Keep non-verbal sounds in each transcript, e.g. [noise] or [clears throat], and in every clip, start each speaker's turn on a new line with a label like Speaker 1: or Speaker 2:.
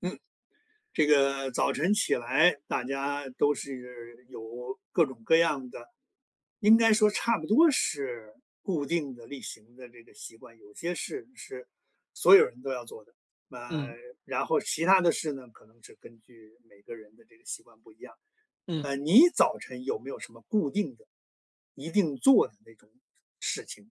Speaker 1: 嗯，这个早晨起来，大家都是有各种各样的，应该说差不多是固定的例行的这个习惯。有些事是所有人都要做的，呃，
Speaker 2: 嗯
Speaker 1: 然后其他的事呢，可能是根据每个人的这个习惯不一样。
Speaker 2: 嗯
Speaker 1: 你早晨有没有什么固定的、一定做的那种事情？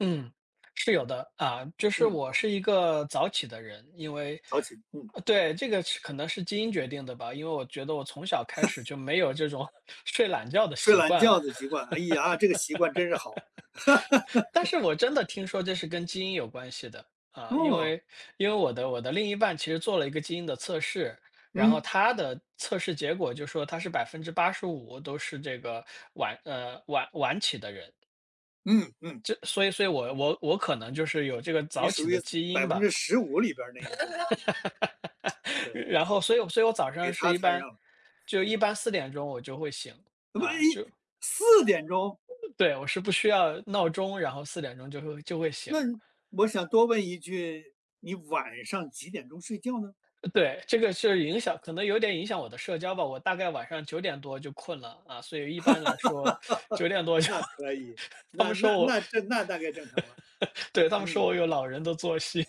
Speaker 2: 嗯，是有的啊，就是
Speaker 1: 嗯，
Speaker 2: 我是一个早起的人，因为
Speaker 1: 早起，嗯，
Speaker 2: 对，这个是可能是基因决定的吧，因为我觉得我从小开始就没有这种 [laughs] 睡懒觉的
Speaker 1: 睡
Speaker 2: 习
Speaker 1: 懒
Speaker 2: 惯，
Speaker 1: 觉的
Speaker 2: [laughs]
Speaker 1: 习惯。哎呀，这个习惯真是好
Speaker 2: 但是我真的听说这是跟基因有关系的啊，因
Speaker 1: 哦。
Speaker 2: 为因为我的另一半其实做了一个基因的测试，然后
Speaker 1: 嗯
Speaker 2: 他的测试结果就说他是85%都是这个晚起的人。
Speaker 1: 嗯嗯。
Speaker 2: 这所以所以我我我可能就是有这个
Speaker 1: 你
Speaker 2: 早起
Speaker 1: 属
Speaker 2: 的
Speaker 1: 于
Speaker 2: 基因
Speaker 1: 百分
Speaker 2: 吧，
Speaker 1: 之十五里边儿那一部分，
Speaker 2: [laughs] 然
Speaker 1: 对。
Speaker 2: 后所以我早上
Speaker 1: 给他摊上了。
Speaker 2: 一般四点钟我就会醒，
Speaker 1: 那么诶
Speaker 2: 啊，
Speaker 1: ，4点钟，
Speaker 2: 对，我是不需要闹钟，然后四点钟就会醒。
Speaker 1: 那我想多问一句，你晚上几点钟睡觉呢？
Speaker 2: 对，这个是影响可能有点影响我的社交吧，我大概晚上九点多就困了，啊，所以一般来说九点多就
Speaker 1: 那可以，
Speaker 2: [laughs] 他
Speaker 1: 那
Speaker 2: 们
Speaker 1: 那
Speaker 2: 说我
Speaker 1: 那这那大概正常了。
Speaker 2: [laughs] 对，他们说
Speaker 1: 嗯，
Speaker 2: 我有老人的作息。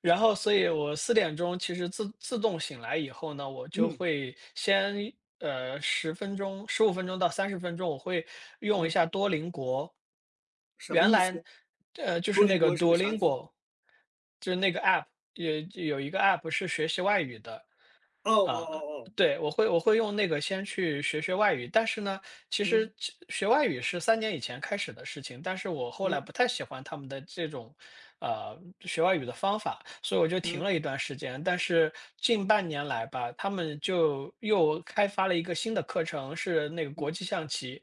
Speaker 2: 然后所以我四点钟其实自动醒来以后呢，我就
Speaker 1: 嗯，
Speaker 2: 会先，呃十分钟、十五分钟到三十分钟，我会用一
Speaker 1: 嗯，
Speaker 2: 下多邻国。
Speaker 1: 什么
Speaker 2: 原
Speaker 1: 意
Speaker 2: 来，
Speaker 1: 思？
Speaker 2: 就是
Speaker 1: 多邻
Speaker 2: 那个
Speaker 1: 国是个啥字？
Speaker 2: Duolingo，就是那个 app，有有一个 app 是学习外语的。
Speaker 1: 哦哦
Speaker 2: 啊，
Speaker 1: 哦哦，
Speaker 2: 对，我会用那个先去学学外语，但是呢，其实
Speaker 1: 嗯，
Speaker 2: 其学外语是3年以前开始的事情，但是我后来
Speaker 1: 嗯，
Speaker 2: 不太喜欢他们的这种，学外语的方法，所以我就停
Speaker 1: 嗯，
Speaker 2: 了一段时间。但是近半年来吧，他们就又开发了一个新的课程，是那个
Speaker 1: 嗯，
Speaker 2: 国际象棋，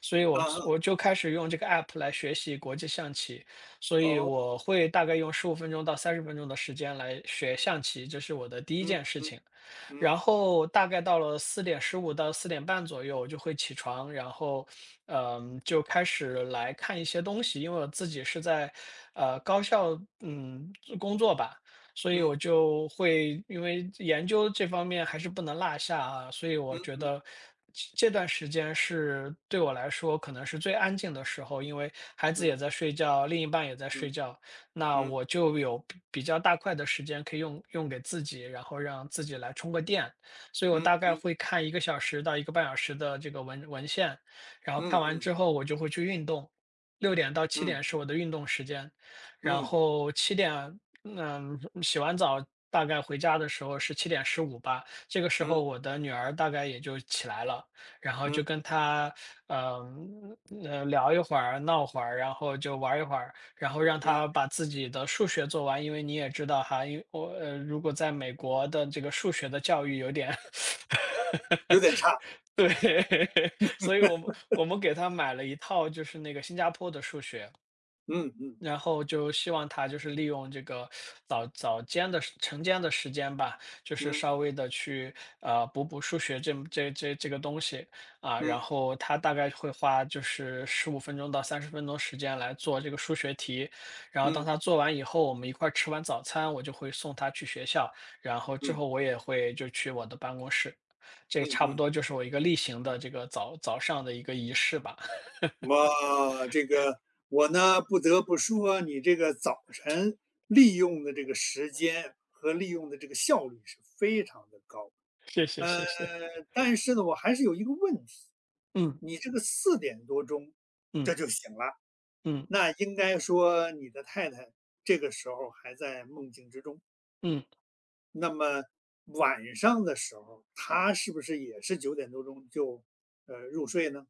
Speaker 2: 所以我
Speaker 1: 啊哈，
Speaker 2: 我就开始用这个 app 来学习国际象棋，所以
Speaker 1: 哦，
Speaker 2: 我会大概用十五分钟到三十分钟的时间来学象棋，这是我的第一
Speaker 1: 嗯，
Speaker 2: 件事
Speaker 1: 嗯，
Speaker 2: 情。
Speaker 1: 嗯，
Speaker 2: 然后大概到了4:15到4点半左右，我就会起床，然后，嗯，就开始来看一些东西。因为我自己是在，呃，高校，嗯，工作吧，所以
Speaker 1: 嗯，
Speaker 2: 我就会因为研究这方面还是不能落下啊，所以我觉得这段时间是对我来说可能是最安静的时候，因为孩子也
Speaker 1: 嗯，
Speaker 2: 在睡觉，另一半也在睡
Speaker 1: 嗯，
Speaker 2: 觉，那
Speaker 1: 嗯，
Speaker 2: 我就有比较大块的时间可以用给自己，然后让自己来充个电。所以我
Speaker 1: 嗯，
Speaker 2: 大概
Speaker 1: 嗯，
Speaker 2: 会看一个小时到一个半小时的这个文献，然后
Speaker 1: 嗯，
Speaker 2: 看完
Speaker 1: 嗯，
Speaker 2: 之后我就会去运动。六点到七
Speaker 1: 嗯，
Speaker 2: 点是我的运动时间，然
Speaker 1: 嗯，
Speaker 2: 后七点嗯，洗完澡大概回家的时候是7:15吧，这个时候
Speaker 1: 嗯，
Speaker 2: 我的女儿大概也就起来了，然后就
Speaker 1: 嗯，
Speaker 2: 跟她，呃嗯，聊一会儿、闹会儿，然后就玩一会儿。然后让
Speaker 1: 嗯，
Speaker 2: 他把自己的数学做完，因为你也知道哈，因为我，如果在美国的这个数学的教育有点
Speaker 1: 有点差。
Speaker 2: [laughs] 对，[laughs] 所以我们给他买了一套就是那个新加坡的数学，
Speaker 1: 嗯嗯
Speaker 2: 然后就希望他就是利用这个早早间的时晨间的时间吧，就是
Speaker 1: 嗯
Speaker 2: 稍微的去，补补数学这个东西，啊，然
Speaker 1: 嗯
Speaker 2: 后他大概会花就是十五分钟到三十分钟时间来做这个数学题，然后当
Speaker 1: 嗯
Speaker 2: 他做完以后，我们一块儿吃完早餐，我就会送他去学校，然后之
Speaker 1: 嗯
Speaker 2: 后我也会就去我的办公室，这
Speaker 1: 嗯
Speaker 2: 差不
Speaker 1: 嗯，
Speaker 2: 多就是我一个例行的这个早上的一个仪式吧，[laughs]
Speaker 1: 哇，这个我呢不得不说，你这个早晨利用的这个时间和利用的这个效率是非常的高。
Speaker 2: 谢谢
Speaker 1: 呃，
Speaker 2: 谢谢，
Speaker 1: 但是呢，我还是有一个问题，
Speaker 2: 嗯
Speaker 1: 你这个四点多钟这
Speaker 2: 嗯
Speaker 1: 就醒了，
Speaker 2: 嗯
Speaker 1: 那应该说你的太太这个时候还在梦境之中。
Speaker 2: 嗯。
Speaker 1: 那么晚上的时候，她是不是也是九点多钟就入睡呢？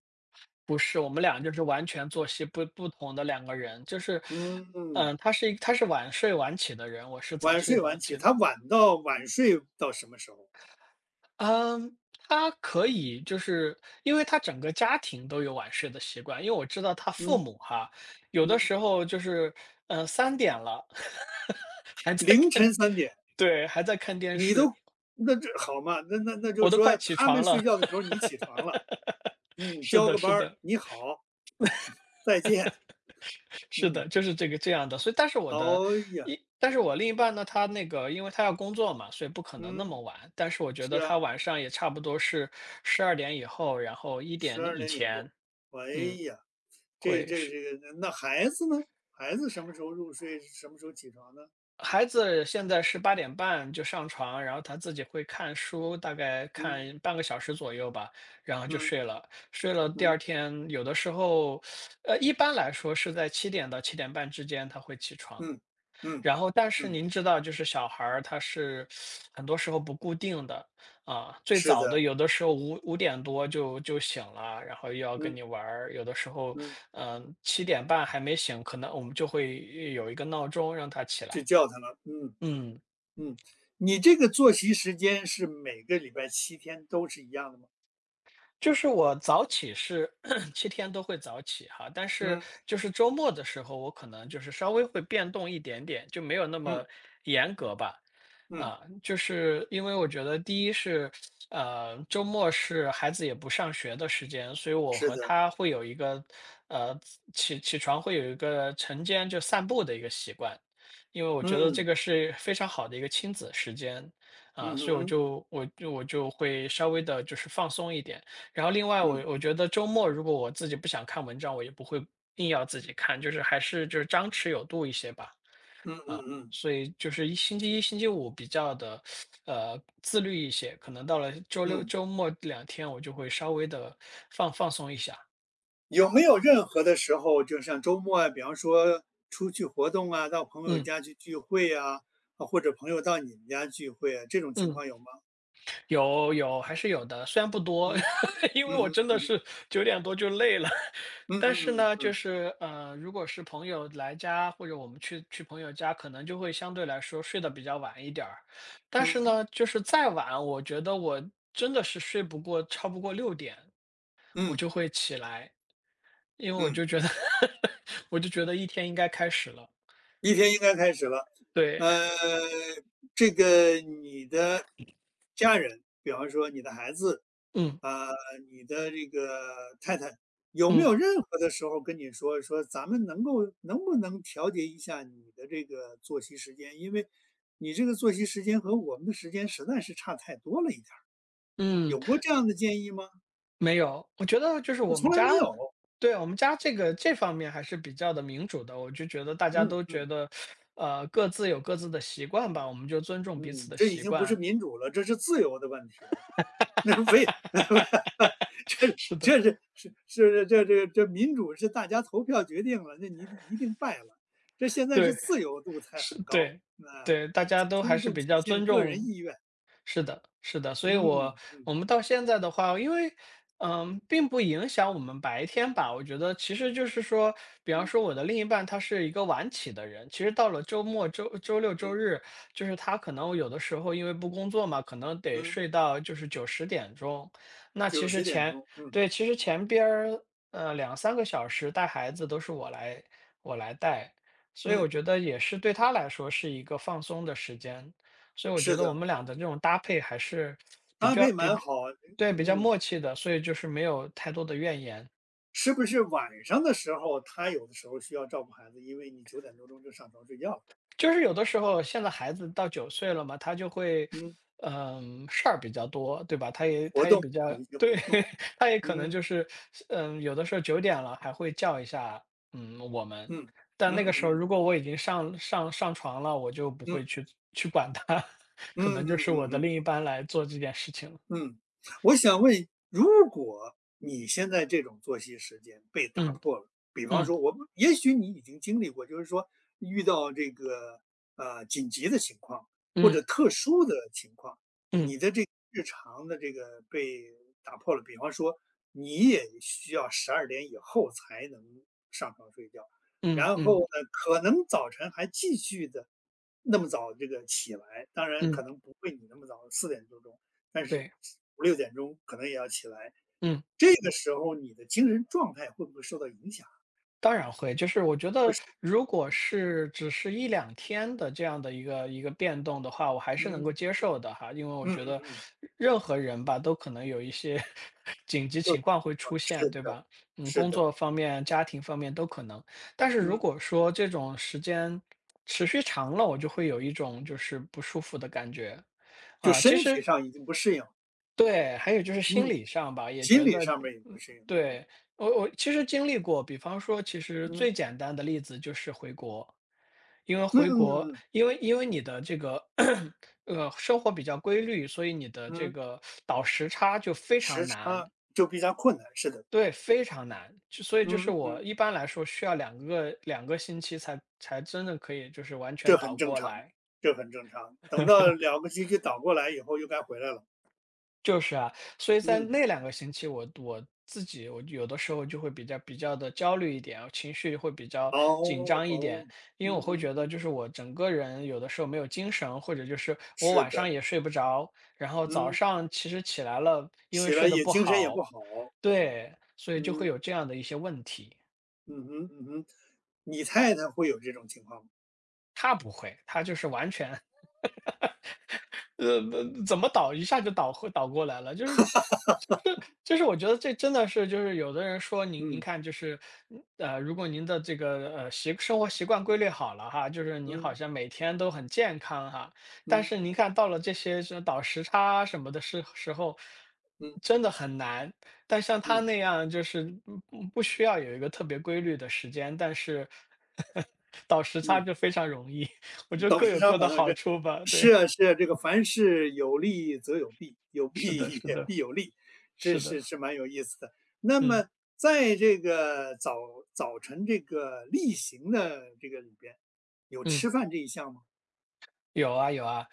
Speaker 2: 不是，我们俩就是完全作息不同的两个人，就是，
Speaker 1: 嗯，嗯，
Speaker 2: 嗯，他是晚睡晚起的人，我是早
Speaker 1: 晚
Speaker 2: 睡
Speaker 1: 睡
Speaker 2: 早
Speaker 1: 晚起，
Speaker 2: 起的。
Speaker 1: 他晚到晚睡到什么时候？
Speaker 2: 嗯，他可以就是因为他整个家庭都有晚睡的习惯，因为我知道他父
Speaker 1: 嗯
Speaker 2: 母哈，有的
Speaker 1: 嗯，
Speaker 2: 时候就是，嗯，3点了，[laughs] 还在
Speaker 1: 凌
Speaker 2: 看
Speaker 1: 晨三点，
Speaker 2: 对，还在看电
Speaker 1: 你
Speaker 2: 视，
Speaker 1: 都那这好嘛，那那那就
Speaker 2: 我
Speaker 1: 是
Speaker 2: 都快
Speaker 1: 说
Speaker 2: 起
Speaker 1: 他们
Speaker 2: 床了。
Speaker 1: 睡觉的时候你起床了，
Speaker 2: [laughs]
Speaker 1: 嗯，
Speaker 2: 是
Speaker 1: 交
Speaker 2: 的
Speaker 1: 个班
Speaker 2: 是
Speaker 1: 儿，
Speaker 2: 的。
Speaker 1: 你好，再见，
Speaker 2: 是
Speaker 1: 嗯，
Speaker 2: 的，就是这个这样的，所以但是我的
Speaker 1: 哦呀，
Speaker 2: 一，但是我另一半呢，他那个，因为他要工作嘛，所以不可能那
Speaker 1: 嗯，
Speaker 2: 么晚。但是我觉
Speaker 1: 是
Speaker 2: 得
Speaker 1: 啊
Speaker 2: 他晚上也差不多是12点以后，然后一
Speaker 1: 十
Speaker 2: 点
Speaker 1: 二
Speaker 2: 以
Speaker 1: 点以后，
Speaker 2: 前，
Speaker 1: 哎
Speaker 2: 嗯，
Speaker 1: 呀，这
Speaker 2: 会
Speaker 1: 这
Speaker 2: 是
Speaker 1: 这个，那孩子呢？孩子什么时候入睡，什么时候起床呢？
Speaker 2: 孩子现在是8点半就上床，然后他自己会看书，大概
Speaker 1: 嗯
Speaker 2: 看半个小时左右吧，然后就
Speaker 1: 嗯
Speaker 2: 睡了。睡了第二
Speaker 1: 嗯
Speaker 2: 天，有的时候，一般来说是在7点到7点半之间他会起床。
Speaker 1: 嗯嗯
Speaker 2: 然后，但是
Speaker 1: 嗯，
Speaker 2: 您知道，就是小孩儿他是很多时候不固定的啊。最
Speaker 1: 是
Speaker 2: 早的
Speaker 1: 的，
Speaker 2: 有的时候5点多就醒了，然后又要跟
Speaker 1: 嗯
Speaker 2: 你玩儿；有的时候，
Speaker 1: 嗯。
Speaker 2: 嗯、七点半还没醒，可能我们就会有一个闹钟让他起
Speaker 1: 就
Speaker 2: 来。
Speaker 1: 叫他了。嗯
Speaker 2: 嗯。
Speaker 1: 嗯，你这个作息时间是每个礼拜七天都是一样的吗？
Speaker 2: 就是我早起是 [clears throat] 七天都会早起哈，但是
Speaker 1: 嗯
Speaker 2: 就是周末的时候，我可能就是稍微会变动一点点，就没有那
Speaker 1: 嗯
Speaker 2: 么严格吧。
Speaker 1: 嗯，
Speaker 2: 啊，就是因为我觉得第一是，周末是孩子也不上学的时间，所以我
Speaker 1: 是
Speaker 2: 和
Speaker 1: 的，
Speaker 2: 他会有一个，呃，起床会有一个晨间就散步的一个习惯，因为我觉得这
Speaker 1: 嗯
Speaker 2: 个是非常好的一个亲子时间，啊，
Speaker 1: 嗯
Speaker 2: 所以
Speaker 1: 哼，
Speaker 2: 我就会稍微的就是放松一点。然后另外
Speaker 1: 嗯
Speaker 2: 我觉得周末如果我自己不想看文章，我也不会硬要自己看，就是还是就是张弛有度一些吧。
Speaker 1: 嗯嗯嗯
Speaker 2: 所以就是一星期一、星期五比较的，自律一些。可能到了周六、
Speaker 1: 嗯，
Speaker 2: 周末2天，我就会稍微的放松一下。
Speaker 1: 有没有任何的时候，就像周末啊，比方说出去活动啊，到朋友
Speaker 2: 嗯
Speaker 1: 家去聚会啊，啊或者朋友到你们家聚会啊，这种情
Speaker 2: 嗯，
Speaker 1: 况有吗？
Speaker 2: 有还是有的，虽然不多，
Speaker 1: 嗯
Speaker 2: [laughs] 因为
Speaker 1: 嗯
Speaker 2: 我
Speaker 1: 哼
Speaker 2: 真的
Speaker 1: 嗯哼
Speaker 2: 是9点多就累了。
Speaker 1: 嗯
Speaker 2: 但
Speaker 1: 嗯
Speaker 2: 是
Speaker 1: 嗯
Speaker 2: 呢，就
Speaker 1: 嗯
Speaker 2: 是如果是朋友来家，或者我们去朋友家，可能就会相对来说睡得比较晚一点儿。但是
Speaker 1: 嗯
Speaker 2: 呢，就是再晚，我觉得我真的是睡不过超不过六点，我
Speaker 1: 嗯
Speaker 2: 就会起来，因为我
Speaker 1: 嗯。
Speaker 2: 就觉得 [laughs] 我就觉得一天应该开始了。
Speaker 1: 一天应该开始了。
Speaker 2: 对，
Speaker 1: 呃，这个你的家人，比方说你的孩子，
Speaker 2: 嗯
Speaker 1: 啊、你的这个太太，有没
Speaker 2: 嗯
Speaker 1: 有任何的时候跟你说说，咱们能够能不能调节一下你的这个作息时间？因为你这个作息时间和我们的时间实在是差太多了一点儿。
Speaker 2: 嗯。
Speaker 1: 有过这样的建议吗？
Speaker 2: 没有，我觉得就是
Speaker 1: 啊，
Speaker 2: 我们
Speaker 1: 从来
Speaker 2: 家
Speaker 1: 没有。
Speaker 2: 对，我们家这个这方面还是比较的民主的。我就觉得大家
Speaker 1: 嗯
Speaker 2: 都觉
Speaker 1: 嗯
Speaker 2: 得，各自有各自的习惯吧，我们就尊重彼此
Speaker 1: 嗯，
Speaker 2: 的
Speaker 1: 这已
Speaker 2: 习
Speaker 1: 经不是
Speaker 2: 惯。
Speaker 1: 民主了，这是自由的问题了。那非
Speaker 2: [laughs]
Speaker 1: [laughs] 这
Speaker 2: 是的，
Speaker 1: 这是是是这这这民主是大家投票决定了，那你一定败了。这现在是
Speaker 2: 对。
Speaker 1: 自由度才
Speaker 2: 是，
Speaker 1: 很高，
Speaker 2: 对，
Speaker 1: 那、
Speaker 2: 对，大家都还
Speaker 1: 充
Speaker 2: 是
Speaker 1: 分
Speaker 2: 比
Speaker 1: 体
Speaker 2: 较
Speaker 1: 现
Speaker 2: 尊
Speaker 1: 个人
Speaker 2: 重
Speaker 1: 意愿。
Speaker 2: 是的，是的，所以
Speaker 1: 嗯嗯
Speaker 2: 我们到现在的话，因为，嗯，并不影响我们白天吧，我觉得其实就是说，比方
Speaker 1: 嗯
Speaker 2: 说我的另一半他是一个晚起的人，其实到了周末、周六、周
Speaker 1: 嗯
Speaker 2: 日，就是他可能有的时候因为不工作嘛，可能得
Speaker 1: 嗯，
Speaker 2: 睡到就是九十点钟，那
Speaker 1: 九
Speaker 2: 其实
Speaker 1: 十点
Speaker 2: 前
Speaker 1: 钟，嗯
Speaker 2: 对，其实前边儿，呃2、3个小时带孩子都是我来带。所以我
Speaker 1: 嗯，
Speaker 2: 觉得也是对他来说是一个放松的时间，所以我觉
Speaker 1: 是
Speaker 2: 得我
Speaker 1: 的，
Speaker 2: 们俩的这种搭配还是比
Speaker 1: 搭
Speaker 2: 较
Speaker 1: 配
Speaker 2: 比
Speaker 1: 蛮
Speaker 2: 比
Speaker 1: 好。
Speaker 2: 对，比较
Speaker 1: 嗯，
Speaker 2: 默契的，所以就是没有太多的怨言。
Speaker 1: 是不是晚上的时候他有的时候需要照顾孩子，因为你九点多钟就上床睡觉了。
Speaker 2: 就是有的时候，现在孩子到9岁了嘛，他就会，
Speaker 1: 嗯，
Speaker 2: 嗯，事儿比较多，对吧？
Speaker 1: 活
Speaker 2: 他也
Speaker 1: 动
Speaker 2: 比较
Speaker 1: 有一些
Speaker 2: 对，
Speaker 1: 活动。
Speaker 2: [laughs] 他也可能
Speaker 1: 嗯
Speaker 2: 就是，嗯，有的时候九点了还会叫一下，嗯，我们。
Speaker 1: 嗯
Speaker 2: 但
Speaker 1: 嗯
Speaker 2: 那个
Speaker 1: 嗯嗯
Speaker 2: 时候
Speaker 1: 嗯。
Speaker 2: 如果我已经上床了，我就不会去管他，[laughs]
Speaker 1: 嗯
Speaker 2: 可能就
Speaker 1: 嗯
Speaker 2: 是我
Speaker 1: 嗯
Speaker 2: 的
Speaker 1: 嗯，
Speaker 2: 另一半来做这件事情了。
Speaker 1: 嗯，我想问，如果你现在这种作息时间被打
Speaker 2: 嗯，
Speaker 1: 破了，比方
Speaker 2: 嗯，
Speaker 1: 说我们，也许你已经经历过，就是说遇到这个紧急的情况或
Speaker 2: 嗯，
Speaker 1: 者特殊的情况，
Speaker 2: 嗯，
Speaker 1: 你的这个日常的这个被打破了。比方说，你也需要十二点以后才能上床睡觉，
Speaker 2: 嗯，
Speaker 1: 然
Speaker 2: 嗯，
Speaker 1: 后呢，可能早晨还继续的那么早这个起来，当然
Speaker 2: 嗯，
Speaker 1: 可能不会你那么早，四点多钟。但是
Speaker 2: 对，
Speaker 1: 五六点钟可能也要起来。
Speaker 2: 嗯。
Speaker 1: 这个时候你的精神状态会不会受到影响？
Speaker 2: 当然会，就是我觉
Speaker 1: 会
Speaker 2: 得
Speaker 1: 受
Speaker 2: 如果
Speaker 1: 嗯
Speaker 2: 是只是一两天的这样的一个一个变动的话，我还是能够
Speaker 1: 嗯
Speaker 2: 接受的哈。因为我
Speaker 1: 嗯嗯
Speaker 2: 觉得
Speaker 1: 嗯，
Speaker 2: 任何人吧，都可能有一些 [laughs] 紧急情况会出
Speaker 1: 就
Speaker 2: 现，
Speaker 1: 是
Speaker 2: 对
Speaker 1: 的，
Speaker 2: 吧？嗯，
Speaker 1: 是
Speaker 2: 工
Speaker 1: 的，
Speaker 2: 作方面、家庭方面都可能。但是如
Speaker 1: 嗯，
Speaker 2: 果说这种时间持续长了，我就会有一种就是不舒服的感觉，
Speaker 1: 就
Speaker 2: 啊，其
Speaker 1: 身体
Speaker 2: 实
Speaker 1: 上已经不适应，
Speaker 2: 对，还有就是心
Speaker 1: 嗯，
Speaker 2: 理上吧，也
Speaker 1: 心
Speaker 2: 觉
Speaker 1: 理
Speaker 2: 得
Speaker 1: 上面也不
Speaker 2: 嗯，
Speaker 1: 适应，嗯
Speaker 2: 对，我其实经历过，比方说，其实最
Speaker 1: 嗯
Speaker 2: 简单的例子就是回国。因为
Speaker 1: 嗯
Speaker 2: 回国，
Speaker 1: 嗯嗯
Speaker 2: 因为你的这个 [clears throat] 生活比较规律，所以你的这
Speaker 1: 嗯，
Speaker 2: 个倒时差就非常
Speaker 1: 时
Speaker 2: 难，
Speaker 1: 差就比较困难，是的，
Speaker 2: 对，非常难。就所以就是
Speaker 1: 嗯
Speaker 2: 我
Speaker 1: 嗯，
Speaker 2: 一般来说需要两个星期才真的可以就是完全
Speaker 1: 这很
Speaker 2: 倒
Speaker 1: 正
Speaker 2: 过
Speaker 1: 常，
Speaker 2: 来。
Speaker 1: 这很正常。等到两个星期倒过来以后，又该回来了，
Speaker 2: 就是啊，所以在
Speaker 1: 嗯，
Speaker 2: 那两个星期我我自己我有的时候就会比较的焦虑一点，情绪会比较紧
Speaker 1: 哦
Speaker 2: 张一点。
Speaker 1: 哦，
Speaker 2: 因为我会
Speaker 1: 嗯
Speaker 2: 觉得
Speaker 1: 嗯，
Speaker 2: 就是我整个人有的时候没有精神，或者就是我
Speaker 1: 是
Speaker 2: 晚上
Speaker 1: 的，
Speaker 2: 也睡不着，然后早
Speaker 1: 嗯。
Speaker 2: 上其实起来了，因为
Speaker 1: 起
Speaker 2: 睡
Speaker 1: 来
Speaker 2: 得
Speaker 1: 也
Speaker 2: 不
Speaker 1: 精神也不
Speaker 2: 好，
Speaker 1: 好，
Speaker 2: 对，所以就会
Speaker 1: 嗯，
Speaker 2: 有这样的一些问题。
Speaker 1: 嗯哼，嗯哼。你太太会有这种情况吗？
Speaker 2: 他不会，他就是完全 [laughs]，呃，怎么倒一下就倒过来了，就是就是我觉得这真的是就是有的人说您
Speaker 1: 嗯，
Speaker 2: 看就是，如果您的这个生活习惯规律好了哈，就是您好
Speaker 1: 嗯，
Speaker 2: 像每天都很健康哈，但
Speaker 1: 嗯，
Speaker 2: 是您看到了这些是倒时差啊什么的时候，
Speaker 1: 嗯，
Speaker 2: 真的很难。但像他
Speaker 1: 嗯，
Speaker 2: 那样就是不需要有一个特别规律的时间，但是 [laughs] 倒时差
Speaker 1: 嗯，
Speaker 2: 就非常容易。[laughs] 我觉得
Speaker 1: 倒
Speaker 2: 各
Speaker 1: 时
Speaker 2: 有
Speaker 1: 差
Speaker 2: 各的
Speaker 1: 反倒
Speaker 2: 好
Speaker 1: 是
Speaker 2: 处吧。对，
Speaker 1: 是啊，是啊，这个凡事有利则有弊，有
Speaker 2: 是的，
Speaker 1: 弊
Speaker 2: 是
Speaker 1: 也
Speaker 2: 的，
Speaker 1: 必有利，是
Speaker 2: 是的，
Speaker 1: 是是蛮有意思的。那
Speaker 2: 嗯
Speaker 1: 么在这个早早晨这个例行的这个里边，有
Speaker 2: 嗯。
Speaker 1: 吃饭这一项吗？
Speaker 2: 有啊有啊，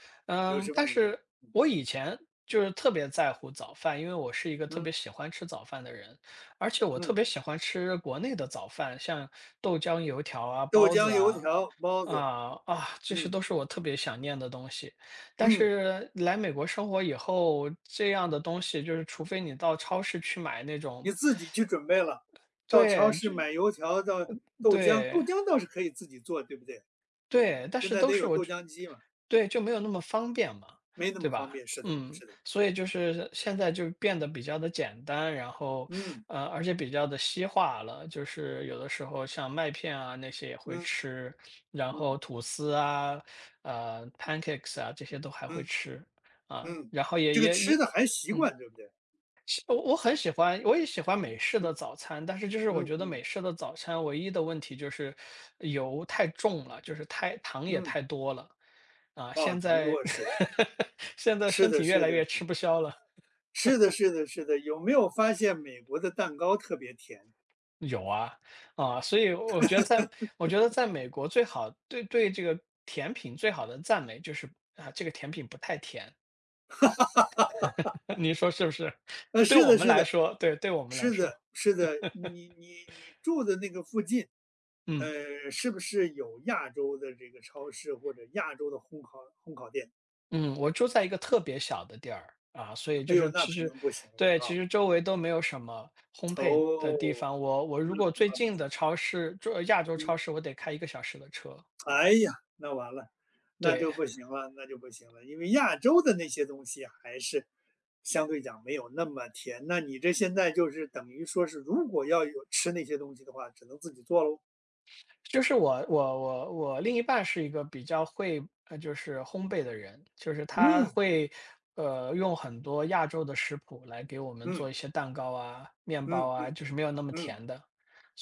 Speaker 1: 有
Speaker 2: 嗯，
Speaker 1: 吃
Speaker 2: 但
Speaker 1: 饭这一项，
Speaker 2: 是我以前就是特别在乎早饭，因为我是一个特别
Speaker 1: 嗯，
Speaker 2: 喜欢吃早饭的人，而且我特
Speaker 1: 嗯，
Speaker 2: 别喜欢吃国内的早饭，像豆浆油条啊、
Speaker 1: 豆
Speaker 2: 包子
Speaker 1: 浆、油
Speaker 2: 啊，
Speaker 1: 条、包子，
Speaker 2: 啊啊，这些
Speaker 1: 嗯，
Speaker 2: 都是我特别想念的东西。但
Speaker 1: 嗯。
Speaker 2: 是来美国生活以后，这样的东西就是除非你到超市去买那种，
Speaker 1: 你自己去准备了，到超
Speaker 2: 对，
Speaker 1: 市
Speaker 2: 就
Speaker 1: 买油条，到豆浆，豆
Speaker 2: 对，
Speaker 1: 浆倒是可以自己做，对不对？
Speaker 2: 对，但
Speaker 1: 现
Speaker 2: 是
Speaker 1: 在
Speaker 2: 都
Speaker 1: 得
Speaker 2: 是
Speaker 1: 有
Speaker 2: 我
Speaker 1: 豆
Speaker 2: 觉
Speaker 1: 浆机嘛，
Speaker 2: 对，就没有那么方便嘛，
Speaker 1: 没那
Speaker 2: 对
Speaker 1: 么
Speaker 2: 吧？
Speaker 1: 方便。是的，
Speaker 2: 嗯，
Speaker 1: 是的，
Speaker 2: 所以就是现在就变得比较的简单，然后，
Speaker 1: 嗯
Speaker 2: 而且比较的西化了，就是有的时候像麦片啊，那些也会
Speaker 1: 嗯
Speaker 2: 吃，然
Speaker 1: 嗯
Speaker 2: 后吐司啊，pancakes 啊，这些都还会
Speaker 1: 嗯
Speaker 2: 吃，啊，
Speaker 1: 嗯，
Speaker 2: 然后也
Speaker 1: 这个
Speaker 2: 也
Speaker 1: 吃的还习
Speaker 2: 嗯。
Speaker 1: 惯，对不对？
Speaker 2: 我很喜欢，我也喜欢美式
Speaker 1: 嗯
Speaker 2: 的早餐，但是就是我
Speaker 1: 嗯
Speaker 2: 觉得美
Speaker 1: 嗯
Speaker 2: 式的早餐唯一的问题就是油太重了，就是太糖也
Speaker 1: 嗯，
Speaker 2: 太多了啊。
Speaker 1: 啊，
Speaker 2: 现
Speaker 1: 糖
Speaker 2: 在
Speaker 1: 多是
Speaker 2: [laughs] 现在
Speaker 1: 是
Speaker 2: 身体
Speaker 1: 的，
Speaker 2: 越
Speaker 1: 是
Speaker 2: 来
Speaker 1: 的，
Speaker 2: 越吃不消了，
Speaker 1: 是的，是的，是的。有没有发现美国的蛋糕特别甜？
Speaker 2: 有啊啊，所以我觉得我觉得在美国最好这个甜品最好的赞美就是啊，这个甜品不太甜，[laughs] 你说是不是？对
Speaker 1: 是
Speaker 2: 我
Speaker 1: 的，
Speaker 2: 们
Speaker 1: 是
Speaker 2: 来
Speaker 1: 的，
Speaker 2: 说，我们来
Speaker 1: 是
Speaker 2: 说，
Speaker 1: 的，是的。你你你住的那个附近。
Speaker 2: 嗯。
Speaker 1: 是不是有亚洲的这个超市或者亚洲的烘烤烘烤店？
Speaker 2: 嗯，我住在一个特别小的地儿啊，所以
Speaker 1: 哎
Speaker 2: 就
Speaker 1: 呦，
Speaker 2: 是
Speaker 1: 那
Speaker 2: 其
Speaker 1: 可
Speaker 2: 实，
Speaker 1: 能不行了
Speaker 2: 对，
Speaker 1: 啊！
Speaker 2: 其实周围都没有什么烘焙的地
Speaker 1: 哦，
Speaker 2: 方。我
Speaker 1: 那
Speaker 2: 如果
Speaker 1: 恐
Speaker 2: 最
Speaker 1: 怕不
Speaker 2: 近的超市，就亚洲
Speaker 1: 行。
Speaker 2: 超市，我得开一个小时的车。
Speaker 1: 哎呀，那完了，那
Speaker 2: 对，
Speaker 1: 就不行了，那就不行了，因为亚洲的那些东西还是相对讲没有那么甜。那你这现在就是等于说是，如果要有吃那些东西的话，只能自己做喽。
Speaker 2: 就是我另一半是一个比较会就是烘焙的人，就是他
Speaker 1: 嗯
Speaker 2: 会用很多亚洲的食谱来给我们做
Speaker 1: 嗯
Speaker 2: 一些蛋糕啊、面包
Speaker 1: 嗯
Speaker 2: 啊，
Speaker 1: 嗯
Speaker 2: 就是没有那么
Speaker 1: 嗯
Speaker 2: 甜的，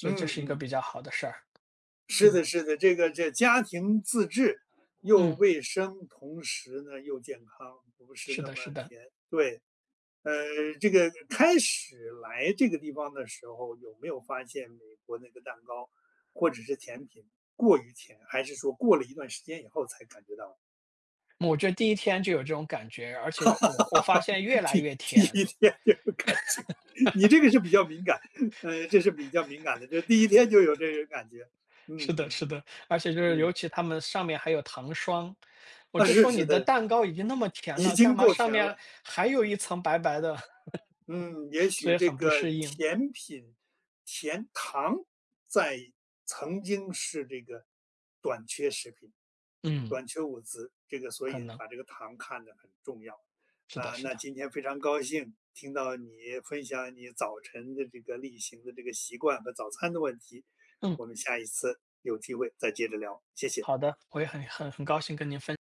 Speaker 1: 嗯
Speaker 2: 以这
Speaker 1: 嗯。
Speaker 2: 是一个
Speaker 1: 嗯
Speaker 2: 比较好的事儿。
Speaker 1: 是
Speaker 2: 嗯
Speaker 1: 的，是的，这个这家庭自制又
Speaker 2: 嗯，
Speaker 1: 卫生，同时呢又健康，不是
Speaker 2: 是
Speaker 1: 那
Speaker 2: 的，
Speaker 1: 么
Speaker 2: 是的。
Speaker 1: 甜。对，呃，这个开始来这个地方的时候，有没有发现美国那个蛋糕或者是甜品过于甜，还是说过了一段时间以后才感觉到
Speaker 2: 我觉得第一天就有这种感觉，而且我发现越
Speaker 1: [laughs]
Speaker 2: 来
Speaker 1: 第
Speaker 2: 越
Speaker 1: 第
Speaker 2: 甜。
Speaker 1: 一天就有感觉？[laughs] 你这个是比较敏感，这是比较敏感的，这第一天就有这个感觉。嗯
Speaker 2: 是
Speaker 1: 嗯
Speaker 2: 的是的，而且就是
Speaker 1: 嗯嗯，
Speaker 2: 尤其他们上面还有糖霜，我
Speaker 1: 啊，
Speaker 2: 就
Speaker 1: 是
Speaker 2: 说你
Speaker 1: 是
Speaker 2: 的
Speaker 1: 的，
Speaker 2: 蛋糕已经那么甜
Speaker 1: 已
Speaker 2: 了，干
Speaker 1: 经
Speaker 2: 嘛
Speaker 1: 够
Speaker 2: 上
Speaker 1: 甜
Speaker 2: 面
Speaker 1: 了。
Speaker 2: 还有一层白白的，
Speaker 1: 嗯，也
Speaker 2: [laughs] 所
Speaker 1: 许
Speaker 2: 以
Speaker 1: 这
Speaker 2: 很不
Speaker 1: 个
Speaker 2: 适应。
Speaker 1: 甜品、甜糖在曾经是这个短缺食品、
Speaker 2: 嗯，
Speaker 1: 短缺物资，这个所
Speaker 2: 可
Speaker 1: 以
Speaker 2: 能，
Speaker 1: 把这个糖看得很重要。
Speaker 2: 是的
Speaker 1: 啊，
Speaker 2: 是
Speaker 1: 那
Speaker 2: 的。
Speaker 1: 今天非常高兴听到你分享你早晨的这个例行的这个习惯和早餐的问题，
Speaker 2: 嗯，
Speaker 1: 我们下一次有机会再接着聊，谢谢。
Speaker 2: 好的，我也很很高兴跟您分享